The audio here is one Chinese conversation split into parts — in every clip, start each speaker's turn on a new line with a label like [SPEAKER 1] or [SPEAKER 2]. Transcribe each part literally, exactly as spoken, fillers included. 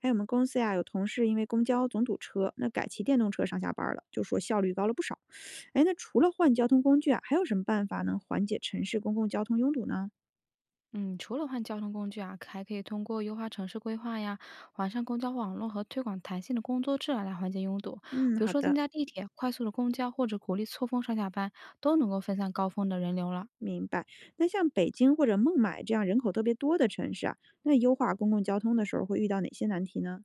[SPEAKER 1] 还有我们公司呀，有同事因为公交总堵车，那改骑电动车上下班了，就说效率高了不少。哎，那除了换交通工具啊，还有什么办法能缓解城市公共交通拥堵呢？
[SPEAKER 2] 嗯，除了换交通工具啊，还可以通过优化城市规划呀，完善公交网络和推广弹性的工作制啊来缓解拥堵。
[SPEAKER 1] 嗯，
[SPEAKER 2] 比如
[SPEAKER 1] 好
[SPEAKER 2] 说增
[SPEAKER 1] 的，
[SPEAKER 2] 加地铁、快速的公交，或者鼓励错峰上下班，都能够分散高峰的人流了。
[SPEAKER 1] 明白。那像北京或者孟买这样人口特别多的城市啊，那优化公共交通的时候会遇到哪些难题呢？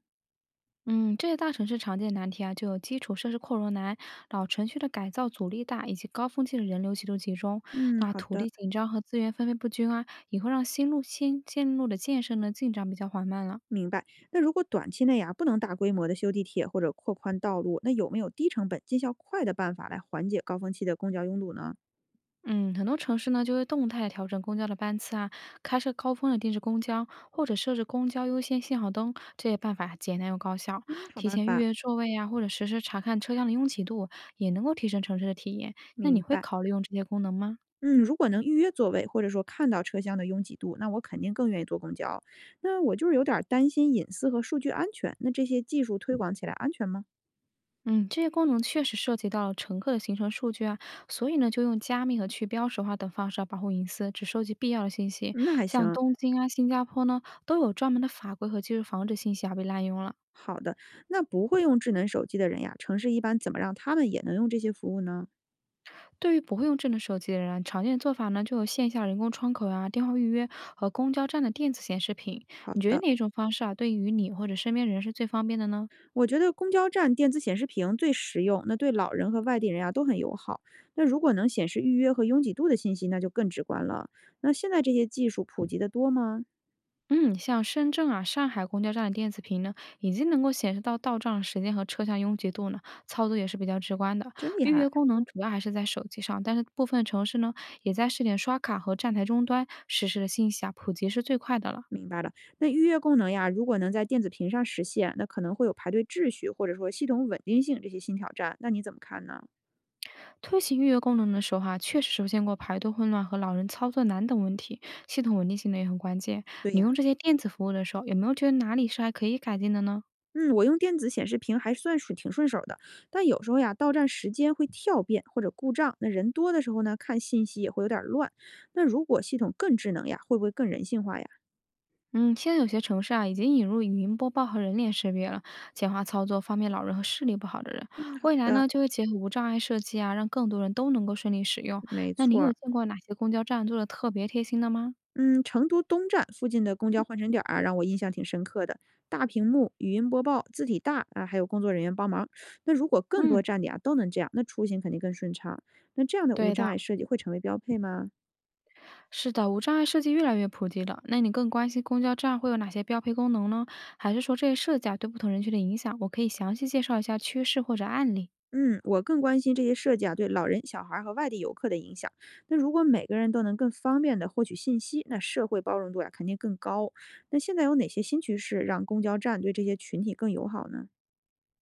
[SPEAKER 2] 嗯，这些大城市常见的难题啊，就有基础设施扩容难、老城区的改造阻力大，以及高峰期的人流极度集中。
[SPEAKER 1] 嗯，
[SPEAKER 2] 那
[SPEAKER 1] 好
[SPEAKER 2] 土
[SPEAKER 1] 的，
[SPEAKER 2] 地紧张和资源分配不均啊，也会让新路新线路的建设呢进展比较缓慢了。
[SPEAKER 1] 明白。那如果短期内啊不能大规模的修地铁或者扩宽道路，那有没有低成本、见效快的办法来缓解高峰期的公交拥堵呢？
[SPEAKER 2] 嗯，很多城市呢就会动态调整公交的班次啊，开设高峰的定制公交，或者设置公交优先信号灯，这些办法简单又高效。
[SPEAKER 1] 嗯，好
[SPEAKER 2] 提
[SPEAKER 1] 办
[SPEAKER 2] 前预
[SPEAKER 1] 法，
[SPEAKER 2] 约座位啊，或者实时查看车厢的拥挤度，也能够提升城市的体验。那你
[SPEAKER 1] 明
[SPEAKER 2] 会
[SPEAKER 1] 白。
[SPEAKER 2] 考虑用这些功能吗？
[SPEAKER 1] 嗯，如果能预约座位，或者说看到车厢的拥挤度，那我肯定更愿意坐公交。那我就是有点儿担心隐私和数据安全。那这些技术推广起来安全吗？
[SPEAKER 2] 嗯，这些功能确实涉及到了乘客的行程数据啊，所以呢，就用加密和去标识化等方式来保护隐私，只收集必要的信息。
[SPEAKER 1] 嗯那还
[SPEAKER 2] 像
[SPEAKER 1] 行，
[SPEAKER 2] 东京啊、新加坡呢，都有专门的法规和技术防止信息啊被滥用了。
[SPEAKER 1] 好的。那不会用智能手机的人呀，城市一般怎么让他们也能用这些服务呢？
[SPEAKER 2] 对于不会用智能手机的人啊，常见的做法呢，就有线下人工窗口啊、电话预约和公交站的电子显示屏。
[SPEAKER 1] 好
[SPEAKER 2] 你觉得
[SPEAKER 1] 的，
[SPEAKER 2] 哪种方式啊，对于你或者身边人是最方便的呢？
[SPEAKER 1] 我觉得公交站电子显示屏最实用，那对老人和外地人呀都很友好。那如果能显示预约和拥挤度的信息，那就更直观了。那现在这些技术普及的多吗？
[SPEAKER 2] 嗯，像深圳啊、上海公交站的电子屏呢，已经能够显示到到站时间和车厢拥挤度呢，操作也是比较直观的。
[SPEAKER 1] 真厉
[SPEAKER 2] 预
[SPEAKER 1] 害。
[SPEAKER 2] 约功能主要还是在手机上，但是部分城市呢，也在试点刷卡和站台终端实时的信息啊，普及是最快的了。
[SPEAKER 1] 明白了，那预约功能呀，如果能在电子屏上实现，那可能会有排队秩序或者说系统稳定性这些新挑战，那你怎么看呢？
[SPEAKER 2] 推行预约功能的时候哈，确实出现过排队混乱和老人操作难等问题，系统稳定性呢也很关键。
[SPEAKER 1] 对
[SPEAKER 2] 你
[SPEAKER 1] 呀，
[SPEAKER 2] 用这些电子服务的时候，有没有觉得哪里是还可以改进的呢？
[SPEAKER 1] 嗯，我用电子显示屏还算是挺顺手的，但有时候呀，到站时间会跳变或者故障，那人多的时候呢，看信息也会有点儿乱。那如果系统更智能呀，会不会更人性化呀？
[SPEAKER 2] 嗯，现在有些城市啊已经引入语音播报和人脸识别了，简化操作，方便老人和视力不好的人。
[SPEAKER 1] 嗯，好
[SPEAKER 2] 未来
[SPEAKER 1] 的，
[SPEAKER 2] 呢，就会结合无障碍设计啊，让更多人都能够顺利使用。
[SPEAKER 1] 没
[SPEAKER 2] 那你
[SPEAKER 1] 错
[SPEAKER 2] 有
[SPEAKER 1] 儿。
[SPEAKER 2] 见过哪些公交站做的特别贴心的吗？
[SPEAKER 1] 嗯，成都东站附近的公交换乘点儿啊，让我印象挺深刻的。大屏幕、语音播报、字体大啊，还有工作人员帮忙。那如果更
[SPEAKER 2] 嗯，
[SPEAKER 1] 多站点啊都能这样，那出行肯定更顺畅。那这样的无
[SPEAKER 2] 对的，
[SPEAKER 1] 障碍设计会成为标配吗？
[SPEAKER 2] 是的，无障碍设计越来越普及了。那你更关心公交站会有哪些标配功能呢？还是说这些设计啊对不同人群的影响？我可以详细介绍一下趋势或者案例。
[SPEAKER 1] 嗯，我更关心这些设计啊对老人、小孩儿和外地游客的影响。那如果每个人都能更方便的获取信息，那社会包容度呀、肯定更高。那现在有哪些新趋势让公交站对这些群体更友好呢？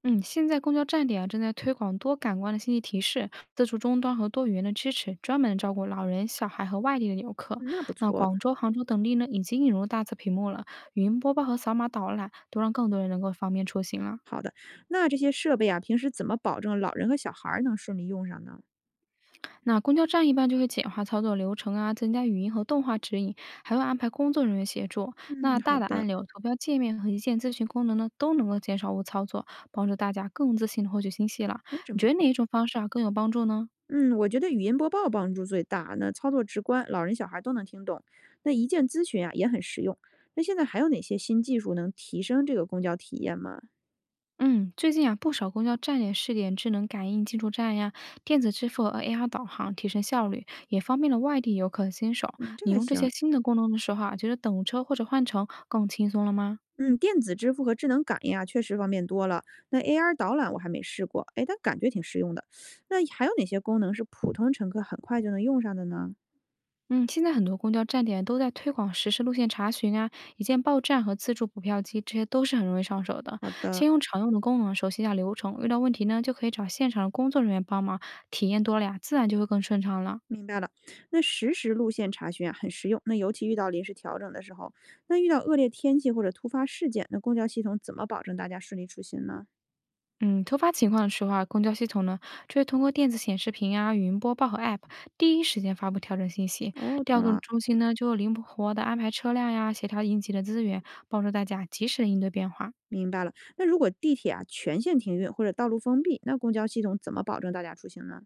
[SPEAKER 2] 嗯，现在公交站点啊正在推广多感官的信息提示、自助终端和多语言的支持，专门照顾老人、小孩和外地的游客。
[SPEAKER 1] 嗯那不
[SPEAKER 2] 那
[SPEAKER 1] 错。
[SPEAKER 2] 广州、杭州等地呢，已经引入大字屏幕了，语音播报和扫码导览，都让更多人能够方便出行了。
[SPEAKER 1] 好的，那这些设备啊，平时怎么保证老人和小孩儿能顺利用上呢？
[SPEAKER 2] 那公交站一般就会简化操作流程啊，增加语音和动画指引，还会安排工作人员协助。那
[SPEAKER 1] 嗯，好
[SPEAKER 2] 大的
[SPEAKER 1] 的，
[SPEAKER 2] 按钮、投标、界面和一键咨询功能呢，都能够减少误操作，帮助大家更自信的获取信息了。
[SPEAKER 1] 哎，真
[SPEAKER 2] 你
[SPEAKER 1] 不
[SPEAKER 2] 觉得哪
[SPEAKER 1] 错。
[SPEAKER 2] 一种方式啊更有帮助呢？
[SPEAKER 1] 嗯，我觉得语音播报帮助最大，那操作直观，老人小孩儿都能听懂。那一键咨询啊也很实用。那现在还有哪些新技术能提升这个公交体验吗？
[SPEAKER 2] 嗯，最近啊，不少公交站也试点智能感应进出站呀、电子支付和 A R 导航，提升效率，也方便了外地游客新手。
[SPEAKER 1] 嗯，这
[SPEAKER 2] 你
[SPEAKER 1] 还
[SPEAKER 2] 用这些
[SPEAKER 1] 行。
[SPEAKER 2] 新的功能的时候啊，觉得等车或者换乘更轻松了吗？
[SPEAKER 1] 嗯，电子支付和智能感应啊，确实方便多了。那 A R 导览我还没试过，哎，但感觉挺实用的。那还有哪些功能是普通乘客很快就能用上的呢？
[SPEAKER 2] 嗯，现在很多公交站点都在推广实时路线查询啊、一键报站和自助补票机，这些都是很容易上手的。
[SPEAKER 1] 好的，
[SPEAKER 2] 先用常用的功能熟悉一下流程，遇到问题呢就可以找现场的工作人员帮忙，体验多了呀，自然就会更顺畅了。
[SPEAKER 1] 明白了，那实时路线查询啊很实用。那尤其遇到临时调整的时候，那遇到恶劣天气或者突发事件，那公交系统怎么保证大家顺利出行呢？
[SPEAKER 2] 嗯，突发情况的时候啊，公交系统呢就会通过电子显示屏啊、语音播报和 App 第一时间发布调整信息，
[SPEAKER 1] 哦，
[SPEAKER 2] 调
[SPEAKER 1] 懂
[SPEAKER 2] 度
[SPEAKER 1] 了，
[SPEAKER 2] 中心呢就会灵活的安排车辆呀，协调应急的资源，帮助大家及时的应对变化。
[SPEAKER 1] 明白了。那如果地铁啊全线停运或者道路封闭，那公交系统怎么保证大家出行呢？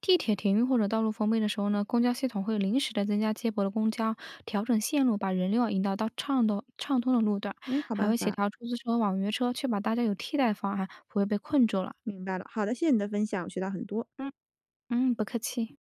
[SPEAKER 2] 地铁停运或者道路封闭的时候呢，公交系统会临时的增加接驳的公交，调整线路，把人流啊引导到畅通、畅通的路段，
[SPEAKER 1] 哎，好
[SPEAKER 2] 还
[SPEAKER 1] 办
[SPEAKER 2] 会协
[SPEAKER 1] 法，
[SPEAKER 2] 调出租车、网约车，确保大家有替代方案，不会被困住了。
[SPEAKER 1] 明白了。好的，谢谢你的分享，我学到很多。
[SPEAKER 2] 嗯，嗯，不客气。